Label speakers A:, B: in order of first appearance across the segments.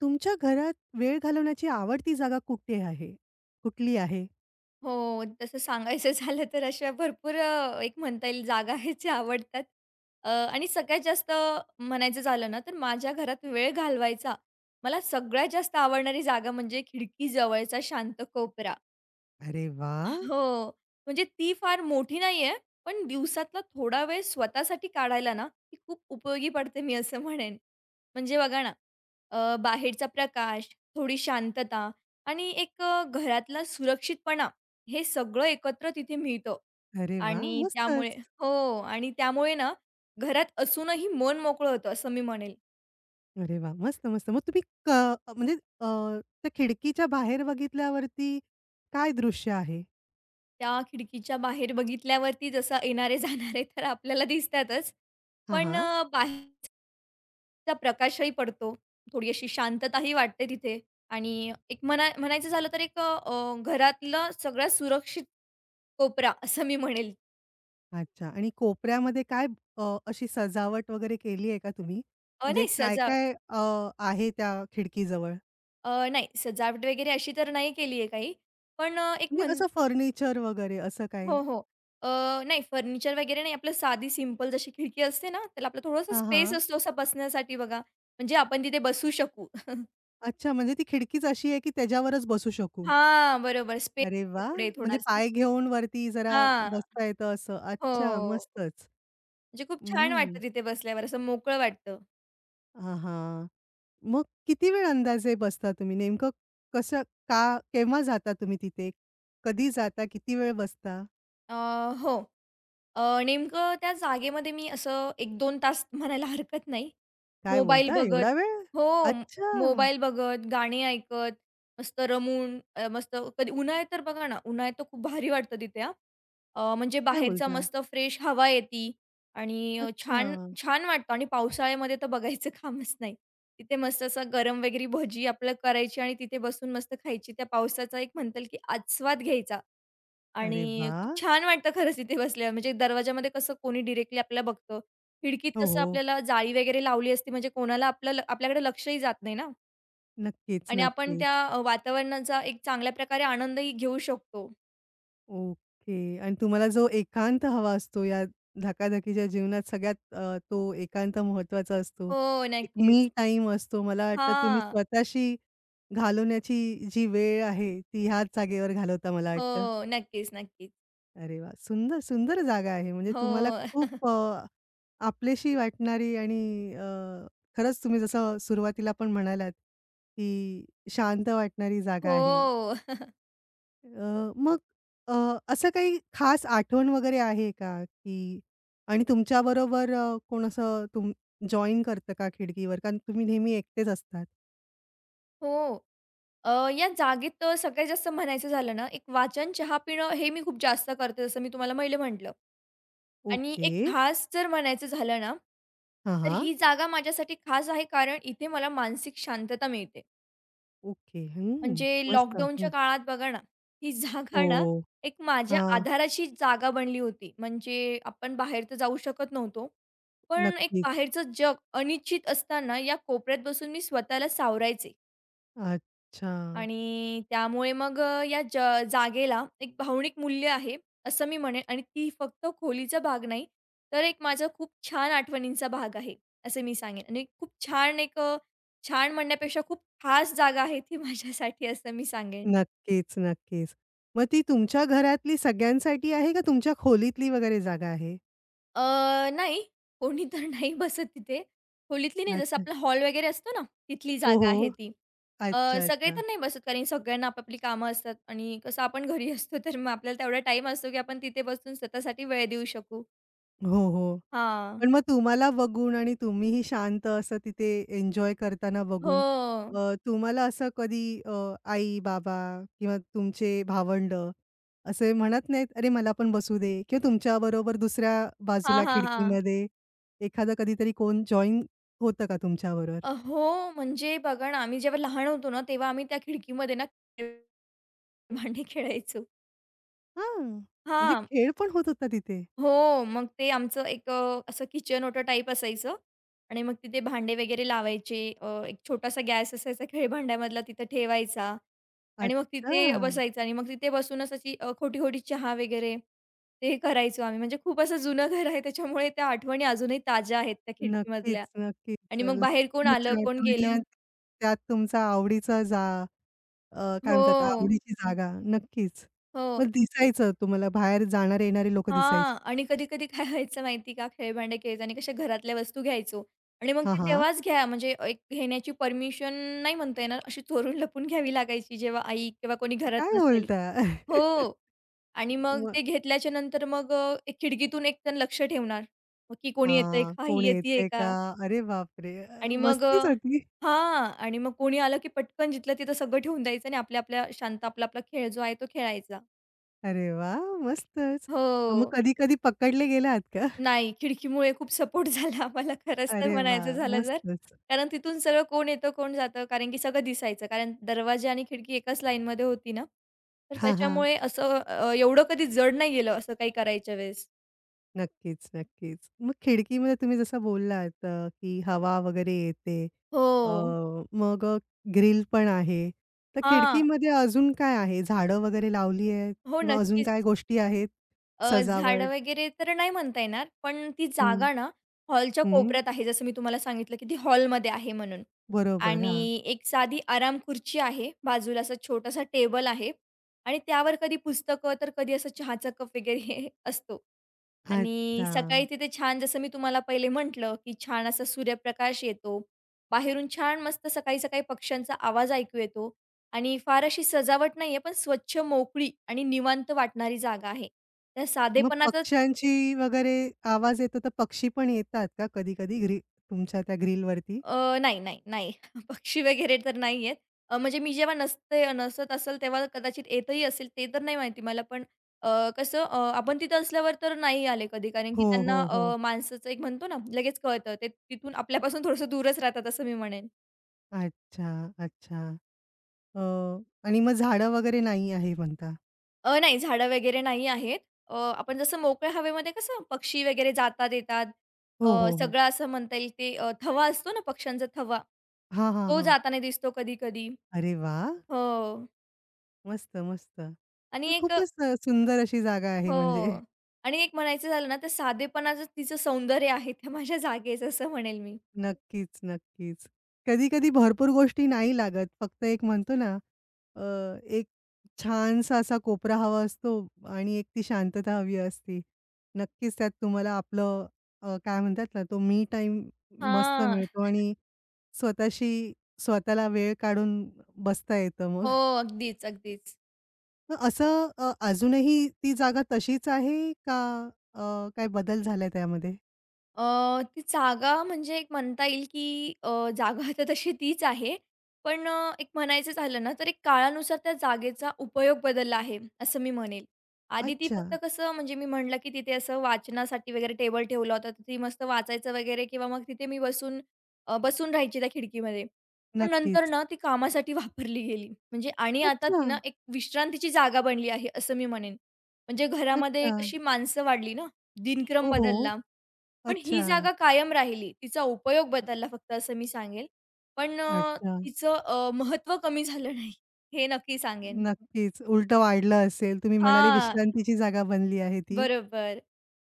A: तुमच्या घरात वेळ घालवण्याची आवडती जागा कुठे आहे? कुठली आहे?
B: हो, तसं सांगायचं झालं तर अशा भरपूर एक म्हणता येईल जागा आहेत ज्या आवडतात. आणि सगळ्यात जास्त म्हणायचं झालं ना, तर माझ्या घरात वेळ घालवायचा मला सगळ्यात जास्त आवडणारी जागा म्हणजे खिडकीजवळचा शांत कोपरा.
A: अरे वाह!
B: हो. म्हणजे ती फार मोठी नाहीये, पण दिवसातला थोडा वेळ स्वतःसाठी काढायला ना, ती खूप उपयोगी पडते मी असं म्हणेन. म्हणजे बघा ना, बाहेरचा प्रकाश, थोडी शांतता आणि एक घरातला सुरक्षितपणा हे सगळं एकत्र तिथे मिळतं.
A: अरे वाह!
B: आणि त्यामुळे
A: मस्तच.
B: हो आणि त्यामुळे ना, घरात असूनही मन मोकळं होतं असं मी म्हणेल.
A: अरे वाह! मस्त, मस्त. मग तुम्ही क म्हणजे अ, त्या खिडकीच्या बाहेर बघितल्यावरती काय दृश्य आहे?
B: त्या खिडकीच्या बाहेर बघितल्यावरती जसं येणारे जाणारे तर आपल्याला दिसतातच.
A: हां,
B: पण
A: हां.
B: बाहेर चा प्रकाशही पडतो. थोडी अशी शांतताही वाटते तिथे आणि एक म्हणा म्हणायचं झालं तर एक घरातला सगळ्यात सुरक्षित कोपरा असं मी म्हणेल.
A: अच्छा आणि कोपऱ्यामध्ये काय अशी सजावट वगैरे केली आहे का तुम्ही?
B: अ,
A: म्हणजे
B: नाही सजाव
A: काय-काय आहे त्या खिडकीजवळ?
B: अ, नाही सजावट वगैरे अशी तर नाही केली आहे काही. पण अ, एक
A: म्हणजे
B: म्हण
A: असं फर्निचर वगैरे असं काही?
B: हो, हो. अ, नाही फर्निचर वगैरे नाही. आपलं साधी सिंपल जशी खिडकी असते ना, त्याला आपला थोडासा
A: हां,
B: स्पेस
A: हां.
B: असतो असा बसण्यासाठी बघा. म्हणजे आपण तिथे बसू शकू.
A: अच्छा म्हणजे ती खिडकीच अशी आहे की त्याच्यावरच बसू शकू?
B: हां, बरोबर. स्पेस
A: अरे
B: आहे
A: वाह!
B: पुढे
A: म्हणजे
B: थोडासा.
A: पाय घेऊन वरती जरा
B: हां,
A: बसता येतं असं. अच्छा,
B: हो.
A: मस्तच.
B: म्हणजे खूप छान
A: हं.
B: वाटतं तिथे बसल्यावर, असं मोकळं वाटतं.
A: हां, हां. मग किती वेळ अंदाजे बसता तुम्ही? नेमकं कसं, का, केव्हा जाता तुम्ही तिथे? कधी जाता? किती वेळ बसता?
B: अ, हो. नेमकं त्या जागेमध्ये मी असं एक दोन तास म्हणायला हरकत नाही.
A: काय
B: मोबाईल
A: बोलता
B: बघत
A: एवढा वेळ?
B: हो,
A: अच्छा!
B: मोबाईल बघत, गाणी ऐकत, मस्त रमून मस्त कधी उन्हाळ्यात तर बघा ना, उन्हाळ्यात तर खूप भारी वाटतं तिथे हां. म्हणजे
A: काय
B: बाहेरचा
A: बोलता?
B: मस्त फ्रेश हवा येते आणि
A: अच्छा.
B: छान छान वाटतं आणि पावसाळ्यामध्ये तर बघायचं कामच नाही. तिथे मस्त असं गरम वगैरे भजी आपलं करायची आणि तिथे बसून मस्त खायची. त्या पावसाचा एक म्हणता की आस्वाद घ्यायचा
A: अरे
B: आणि खूप
A: वाह!
B: छान वाटतं खरंच तिथे बसल्यावर. म्हणजे दरवाजामध्ये कसं कोणी डायरेक्टली आपल्याला बघतं. खिडकीत
A: हो,
B: कसं
A: हो.
B: आपल्याला जाळी वगैरे लावली असते म्हणजे कोणाला आपलं आपल्याकडे लक्षही जात नाही ना
A: नक्कीच,
B: आणि आपण
A: नक्कीच.
B: त्या वातावरणाचा एक चांगल्या प्रकारे आनंदही घेऊ शकतो.
A: ओके. आणि तुम्हाला जो एकांत हवा असतो या धकाधकीच्या जीवनात सगळ्यात तो एकांत महत्त्वाचा असतो.
B: हो,
A: एक
B: नक्कीच.
A: मी टाईम असतो. मला वाटतं तुम्ही
B: हां.
A: स्वतःशी घालवण्याची जी वेळ आहे, ती ह्याच जागेवर घालवता मला वाटतं.
B: हो. नक्कीच, नक्कीच.
A: अरे वाह! सुंदर, सुंदर जागा आहे. म्हणजे तुम्हाला
B: हो.
A: खूप आपलीशी वाटणारी आणि खरंच तुम्ही जसं सुरुवातीला पण म्हणालात, की शांत वाटणारी जागा आहे.
B: हो.
A: मग अ, असं काही खास आठवण वगैरे आहे का? की आणि तुमच्याबरोबर कोण असं जॉइन करतं का खिडकीवर? कारण तुम्ही नेहमी एकटेच असतात.
B: हो. अ, या जागेत सगळ्यात जास्त म्हणायचं झालं ना, एक वाचन, चहा पिणं हे मी खूप जास्त करते, जसं मी तुम्हाला पहिले म्हटलं. आणि
A: ओके.
B: एक खास जर म्हणायचं झालं ना,
A: हां,
B: तर
A: हां.
B: ही जागा माझ्यासाठी खास आहे, कारण इथे मला मानसिक शांतता मिळते.
A: ओके. हं.
B: म्हणजे
A: मस्त.
B: लॉकडाऊनच्या
A: हं.
B: काळात बघा ना, ही जागा ना
A: हो.
B: एक माझ्या
A: हां.
B: आधाराची जागा बनली होती. म्हणजे आपण बाहेर तर जाऊ शकत नव्हतो. पण एक
A: नक्कीच.
B: बाहेरचं जग अनिश्चित असताना या कोपऱ्यात बसून मी स्वतःला सावरायचे
A: अच्छा.
B: आणि त्यामुळे मग अ, या ज जागेला एक भावनिक मूल्य आहे, असं मी म्हणेन आणि ती फक्त खोलीचा भाग नाही, तर एक माझा खूप छान आठवणींचा भाग आहे, असं मी सांगेन आणि खूप छान एक छान म्हणण्यापेक्षा खूप खास जागा आहे ती माझ्यासाठी, असं मी सांगेन.
A: नक्कीच, नक्कीच. मग ती तुमच्या घरातली सगळ्यांसाठी आहे का तुमच्या खोलीतली वगैरे जागा आहे?
B: अ, नाही, कोणी तर नाही बसत तिथे. खोलीतली नाही, जसं
A: अच्छा.
B: आपला हॉल वगैरे असतो ना, तिथली
A: हो,
B: जागा आहे
A: हो.
B: ती. अ,
A: अच्छा,
B: सगळे
A: अच्छा.
B: तर नाही बसत, कारण सगळ्यांना आपापली कामं असतात आणि कसं आपण घरी असतो, तर मग आपल्याला तेवढा टाईम असतो, की आपण तिथे बसून स्वतःसाठी वेळ देऊ शकू.
A: हो, हो.
B: हां.
A: पण मग तुम्हाला बघून आणि तुम्हीही शांत असं तिथे एन्जॉय करताना बघून
B: हो.
A: तुम्हाला असं कधी आई, बाबा किंवा तुमचे भावंडं असे म्हणत नाहीत, "अरे मला पण बसू दे" किंवा तुमच्याबरोबर दुसऱ्या
B: हां,
A: बाजूला
B: हां, हां.
A: खिडकीमध्ये एखादा कधीतरी कोण जॉइन होतं का तुमच्याबरोबर?
B: हो, म्हणजे बघा ना, आम्ही जेव्हा लहान होतो ना, तेव्हा आम्ही त्या खिडकीमध्ये ना, भांडे खेळायचो.
A: हां, म्हणजे
B: हां.
A: खेळ पण होत होता तिथे.
B: हो, मग ते आमचं एक असं किचन ओटं टाईप असायचं आणि मग तिथे भांडे वगैरे लावायचे. एक छोटासा गॅस असायचा खेळभांड्यामधला तिथं ठेवायचा आणि मग
A: अच्छा.
B: तिथे बसायचं आणि मग तिथे बसूनच अशी खोटी-खोटी चहा वगैरे ते करायचो आम्ही. म्हणजे खूप असं जुनं घर आहे त्याच्यामुळे त्या आठवणी अजूनही ताज्या आहेत त्या
A: नक्कीच,
B: खिडकीमधल्या
A: नक्कीच.
B: आणि मग बाहेर कोण आलं,
A: लहानपणीच्या
B: कोण
A: आठवणी
B: गेलं
A: आणि त्यात तुमचा आवडीचा काय म्हणतात
B: हो,
A: आवडीची जागा. नक्कीच.
B: हो.
A: मग दिसायचं तुम्हाला बाहेर जाणारे-येणारे लोकं
B: हां.
A: दिसायचे.
B: आणि कधी-कधी काय व्हायचं माहिती का, खेळभांडे घ्यायचो आणि कशा घरातल्या वस्तू घ्यायचो आणि मग
A: हां,
B: ते
A: हां.
B: तेव्हाच घ्या म्हणजे एक घेण्याची परमिशन नाही म्हणता येणार, अशी चोरून लपून घ्यावी लागायची जेव्हा आई किंवा कोणी घरात
A: काय
B: नसेल.
A: बोलता?
B: हो. आणि मग
A: मग
B: ते घेतल्याच्या नंतर मग एक खिडकीतून एकजण लक्ष ठेवणार, की कोणी येतंय
A: हां,
B: का?
A: कोण
B: ही येतीये
A: येतंय
B: का?
A: का? अरे बापरे!
B: आणि मग
A: मस्तच होती.
B: हां. आणि मग कोणी आलं की पटकन जिथलं तिथं सगळं ठेवून द्यायचं आणि आपल्या-आपल्या शांत आपला-आपला खेळ जो आहे तो खेळायचा.
A: अरे वाह! मस्तच.
B: हो.
A: मग कधी-कधी पकडले गेलात का?
B: नाही, खिडकीमुळे खूप सपोर्ट झाला आम्हाला खरंच तर
A: अरे
B: म्हणायचं
A: वाह!
B: झालं तर.
A: मस्तच.
B: कारण तिथून सगळं कोण येतं, कोण जातं कारण की सगळं दिसायचं. कारण दरवाजा आणि खिडकी एकाच लाईनमध्ये होती ना, तर
A: हां, हां.
B: त्याच्यामुळे असं एवढं कधी जड नाही गेलं असं काही करायच्या वेळेस.
A: नक्कीच, नक्कीच. मग खिडकीमध्ये तुम्ही जसं बोललात की हवा वगैरे येते. अ,
B: हो.
A: मग ग्रिल पण आहे. तर
B: हां.
A: खिडकीमध्ये अजून काय आहे? झाडं वगैरे लावली आहेत
B: हो,
A: किंवा अजून काय
B: नक्कीच.
A: गोष्टी आहेत?
B: झाडं
A: सजावट?
B: वगैरे तर नाही म्हणता येणार, पण ती
A: हं,
B: जागा ना हॉलच्या
A: हं.
B: कोपऱ्यात आहे. जसं मी तुम्हाला सांगितलं, की ती हॉलमध्ये आहे म्हणून.
A: बरोबर. हां.
B: आणि एक साधी आराम खुर्ची आहे. बाजूला असा छोटासा टेबल आहे आणि त्यावर कधी पुस्तकं, तर कधी असं चहाचा कप वगैरे असतो. आणि
A: अच्छा.
B: सकाळी तिथे छान जसं मी तुम्हाला पहिले म्हटलं, की छान असा सूर्यप्रकाश येतो. बाहेरून छान मस्त सकाळी-सकाळी पक्ष्यांचा आवाज ऐकू येतो आणि फार अशी सजावट नाहीये, पण स्वच्छ, मोकळी आणि निवांत वाटणारी जागा आहे. त्या
A: मग
B: साधेपणाचा
A: पक्ष्यांची वगैरे आवाज येतो, तर पक्षी पण येतात का कधी-कधी तुमच्या त्या ग्रिलवरती?
B: नाही, नाही, नाही. पक्षी वगैरे तर नाही आहेत. अ, म्हणजे मी जेव्हा नसत असेल तेव्हा कदाचित येतही असेल ते तर नाही माहिती मला. पण आपण तिथं असल्यावर तर नाही आले कधी कारण की
A: हो,
B: त्यांना
A: हो, हो.
B: माणसाचं एक म्हणतो ना लगेच कळतं. ते तिथून आपल्यापासून थोडंसं दूरच राहतात असं मी म्हणेन.
A: अच्छा, अच्छा. अ, आणि मग झाडं वगैरे नाही आहे म्हणता?
B: नाही झाडं वगैरे नाही आहेत. आपण जसं मोकळ्या हवेमध्ये कसं पक्षी वगैरे जातात येतात.
A: हो, हो, हो.
B: सगळं असं म्हणता येईल ते थवा असतो ना पक्ष्यांचा थवा.
A: हां, हां,
B: तो
A: हां.
B: जाताना दिसतो कधी-कधी.
A: अरे वाह!
B: हो.
A: मस्त, मस्त. ही
B: आणि एक
A: खूपच सुंदर अशी जागा आहे म्हणजे.
B: हो. आणि एक म्हणायचं झालं ना, तर साधेपणाचं तिचं सौंदर्य आहे, ते माझ्या जागेच असं म्हणेल मी.
A: नक्कीच, नक्कीच. कधी-कधी भरपूर गोष्टी नाही लागत. फक्त एक म्हणतो ना, अ, एक छानसा असा कोपरा हवा असतो आणि एक ती शांतता हवी असती. नक्कीच त्यात तुम्हाला आपलं काय म्हणतात ना, तो मी टाईम मस्त
B: हां.
A: मिळतो आणि स्वतःशी स्वतःला वेळ काढून बसता येतं मग.
B: हो. अगदीच, अगदीच.
A: मग असं अजूनही ती जागा तशीच आहे का अ, काय बदल झालाय त्यामध्ये?
B: अ, ती जागा म्हणजे एक म्हणता येईल, की जागा तर तशी तीच आहे. पण एक म्हणायचं झालं ना, तर एक काळानुसार त्या जागेचा उपयोग बदलला आहे, असं मी म्हणेल. आधी ती
A: अच्छा.
B: फक्त कसं म्हणजे मी म्हटलं, की तिथे असं वाचनासाठी वगैरे टेबल ठेवला होता, तर ती मस्त वाचायचं वगैरे किंवा मग तिथे मी बसून राहायची त्या खिडकीमध्ये. पण नंतर
A: नक्कीच.
B: ना ती कामासाठी वापरली गेली. म्हणजे आणि आता
A: अच्छा,
B: ती ना एक विश्रांतीची जागा बनली आहे, असं मी म्हणेन. म्हणजे घरामध्ये
A: अच्छा.
B: कशी माणसं वाढली ना, दिनक्रम
A: हो, हो.
B: बदलला. पण ही
A: अच्छा,
B: जागा कायम राहिली. तिचा उपयोग बदलला फक्त असं मी सांगेल. पण अ,
A: अच्छा.
B: तिचं महत्त्व कमी झालं नाही. हे नक्की सांगेन.
A: नक्कीच. उलटं वाढलं असेल. तुम्ही म्हणाले
B: हां,
A: विश्रांतीची जागा बनली आहे ती.
B: बरोबर.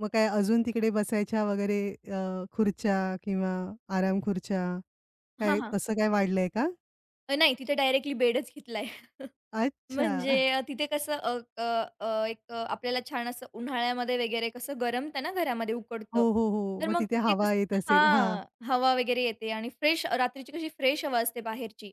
A: मग काय अजून तिकडे बसायच्या वगैरे खुर्च्या किंवा आराम खुर्च्या
B: हां,
A: काय
B: हां.
A: तसं काय वाढलंय का?
B: नाही तिथे डायरेक्टली बेडच घेतलाय. म्हणजे
A: अच्छा.
B: अ, तिथे कसं अ, अ, अ, एक अ, आपल्याला छान असं उन्हाळ्यामध्ये वगैरे कसं गरमतं ना घरामध्ये
A: हो,
B: उकडतं.
A: हो, हो.
B: तर
A: मग
B: मग
A: तिथे
B: तिथे
A: हवा
B: कसं
A: येत असेल. हां,
B: हां, हवा वगैरे येते आणि फ्रेश रात्रीची कशी फ्रेश हवा असते बाहेरची.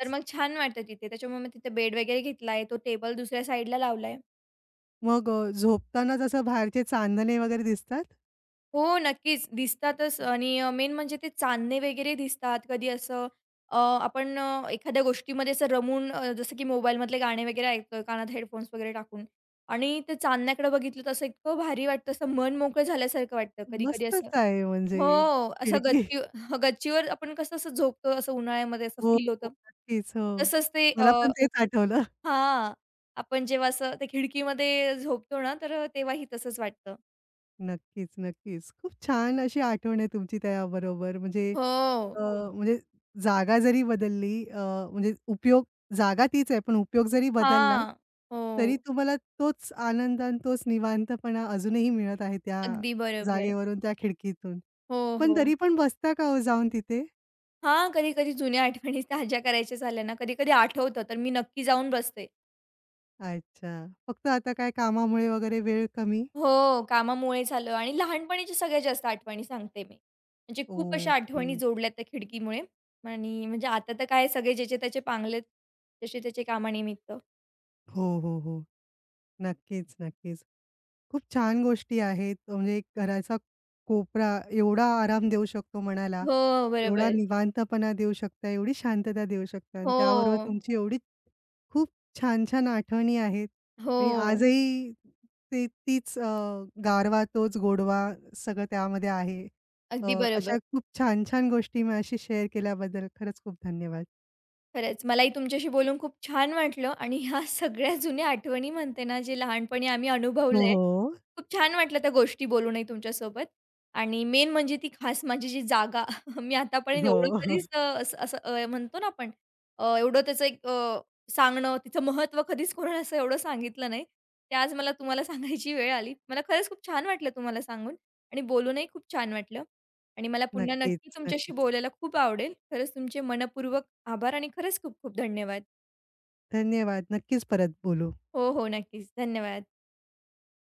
B: तर मग छान वाटतं तिथे. त्याच्यामुळे मग तिथे बेड वगैरे घेतलाय. तो टेबल दुसऱ्या साइडला लावलाय.
A: मग झोपताना जसं बाहेरचे चांदणे वगैरे दिसतात.
B: हो, नक्कीच. दिसतातच आणि मेन म्हणजे ते चांदणे वगैरे दिसतात. अ, आपण एखाद्या गोष्टीमध्ये असं रमून, जसं की मोबाईलमधले गाणे वगैरे ऐकतोय, कानात हेडफोन्स वगैरे टाकून आणि ते चांदण्याकडे बघितलं तर असं इतकं भारी वाटतं, असं मन मोकळं झाल्यासारखं वाटतं. कधी-कधी असं
A: मस्तच आहे म्हणजे
B: हो, असं
A: खिडकी
B: गच्चीवर आपण कसं असं झोपतो, असं उन्हाळ्यामध्ये असं
A: हो,
B: फील होतं.
A: हो. नक्कीच. हो.
B: तसंच ते अ,
A: मला पण तेच आठवलं.
B: हां, आपण जेव्हा असं ते खिडकीमध्ये झोपतो ना, तर तेव्हाही तसंच वाटतं.
A: नक्कीच, नक्कीच. खूप छान अशी आठवण आहे तुमची त्याबरोबर. म्हणजे
B: हो.
A: अ, म्हणजे जागा जरी बदलली म्हणजे उपयोग जागा तीच आहे, पण उपयोग जरी बदलला,
B: हां.
A: तरी
B: हो.
A: तुम्हाला तोच आनंद आणि तोच निवांतपणा अजूनही मिळत आहे त्या
B: अगदी बरोबर.
A: जागेवरून, त्या खिडकीतून.
B: हो,
A: पण
B: हो.
A: तरी पण बसता का हो जाऊन तिथे?
B: हां, कधी-कधी जुन्या आठवणी ताज्या करायच्या झाल्या ना, कधी-कधी आठवतं, तर मी नक्की जाऊन बसते.
A: अच्छा. फक्त आता काय कामामुळे वगैरे वेळ कमी?
B: हो, कामामुळे झालं आणि लहानपणीच्या सगळ्यात जास्त आठवणी सांगते मी. म्हणजे खूप अशा
A: ओके.
B: आठवणी जोडल्या त्या खिडकीमुळे आणि म्हणजे आता तर काय सगळे ज्याचे त्याचे पांगलेत, जसे त्याचे कामानिमित्त.
A: हो, हो, हो. नक्कीच, नक्कीच. खूप छान गोष्टी आहेत. म्हणजे घराचा कोपरा एवढा आराम देऊ शकतो मनाला,
B: हो,
A: एवढा
B: बरोबर.
A: निवांतपणा देऊ शकता, एवढी शांतता देऊ शकता आणि
B: हो,
A: त्याबरोबर तुमची एवढी खूप छान-छान आठवणी आहेत
B: हो.
A: आणि आजही ते तीच गारवा, तोच गोडवा सगळं त्यामध्ये आहे. अ,
B: अगदी
A: अशा
B: बरोबर.
A: खूप छान-छान गोष्टी माझ्याशी शेअर केल्याबद्दल खरंच खूप धन्यवाद.
B: खरंच मलाही तुमच्याशी बोलून खूप छान वाटलं आणि ह्या सगळ्या जुन्या आठवणी म्हणते ना, जे लहानपणी आम्ही
A: हो,
B: अनुभवलंय.
A: हो.
B: खूप छान वाटलं त्या गोष्टी बोलूनही तुमच्यासोबत आणि मेन म्हणजे ती खास माझी जी जागा मी आतापर्यंत
A: हो,
B: एवढं
A: हो.
B: कधीच अ, असं असं अ, म्हणतो ना आपण अ, एवढं त्याचं एक अ, सांगणं, तिचं महत्त्व कधीच कोणाला असं एवढं सांगितलं नाही. ते आज मला तुम्हाला सांगायची वेळ आली. मला खरंच खूप छान वाटलं तुम्हाला सांगून आणि बोलूनही खूप छान वाटलं. आणि मला पुन्हा नक्की
A: नक्कीच,
B: तुमच्याशी
A: नक्कीच.
B: बोलायला खूप आवडेल. खरंच तुमचे मनःपूर्वक आभार आणि खरंच खूप खूप धन्यवाद.
A: धन्यवाद. नक्कीच परत बोलू.
B: हो, हो. नक्कीच. धन्यवाद.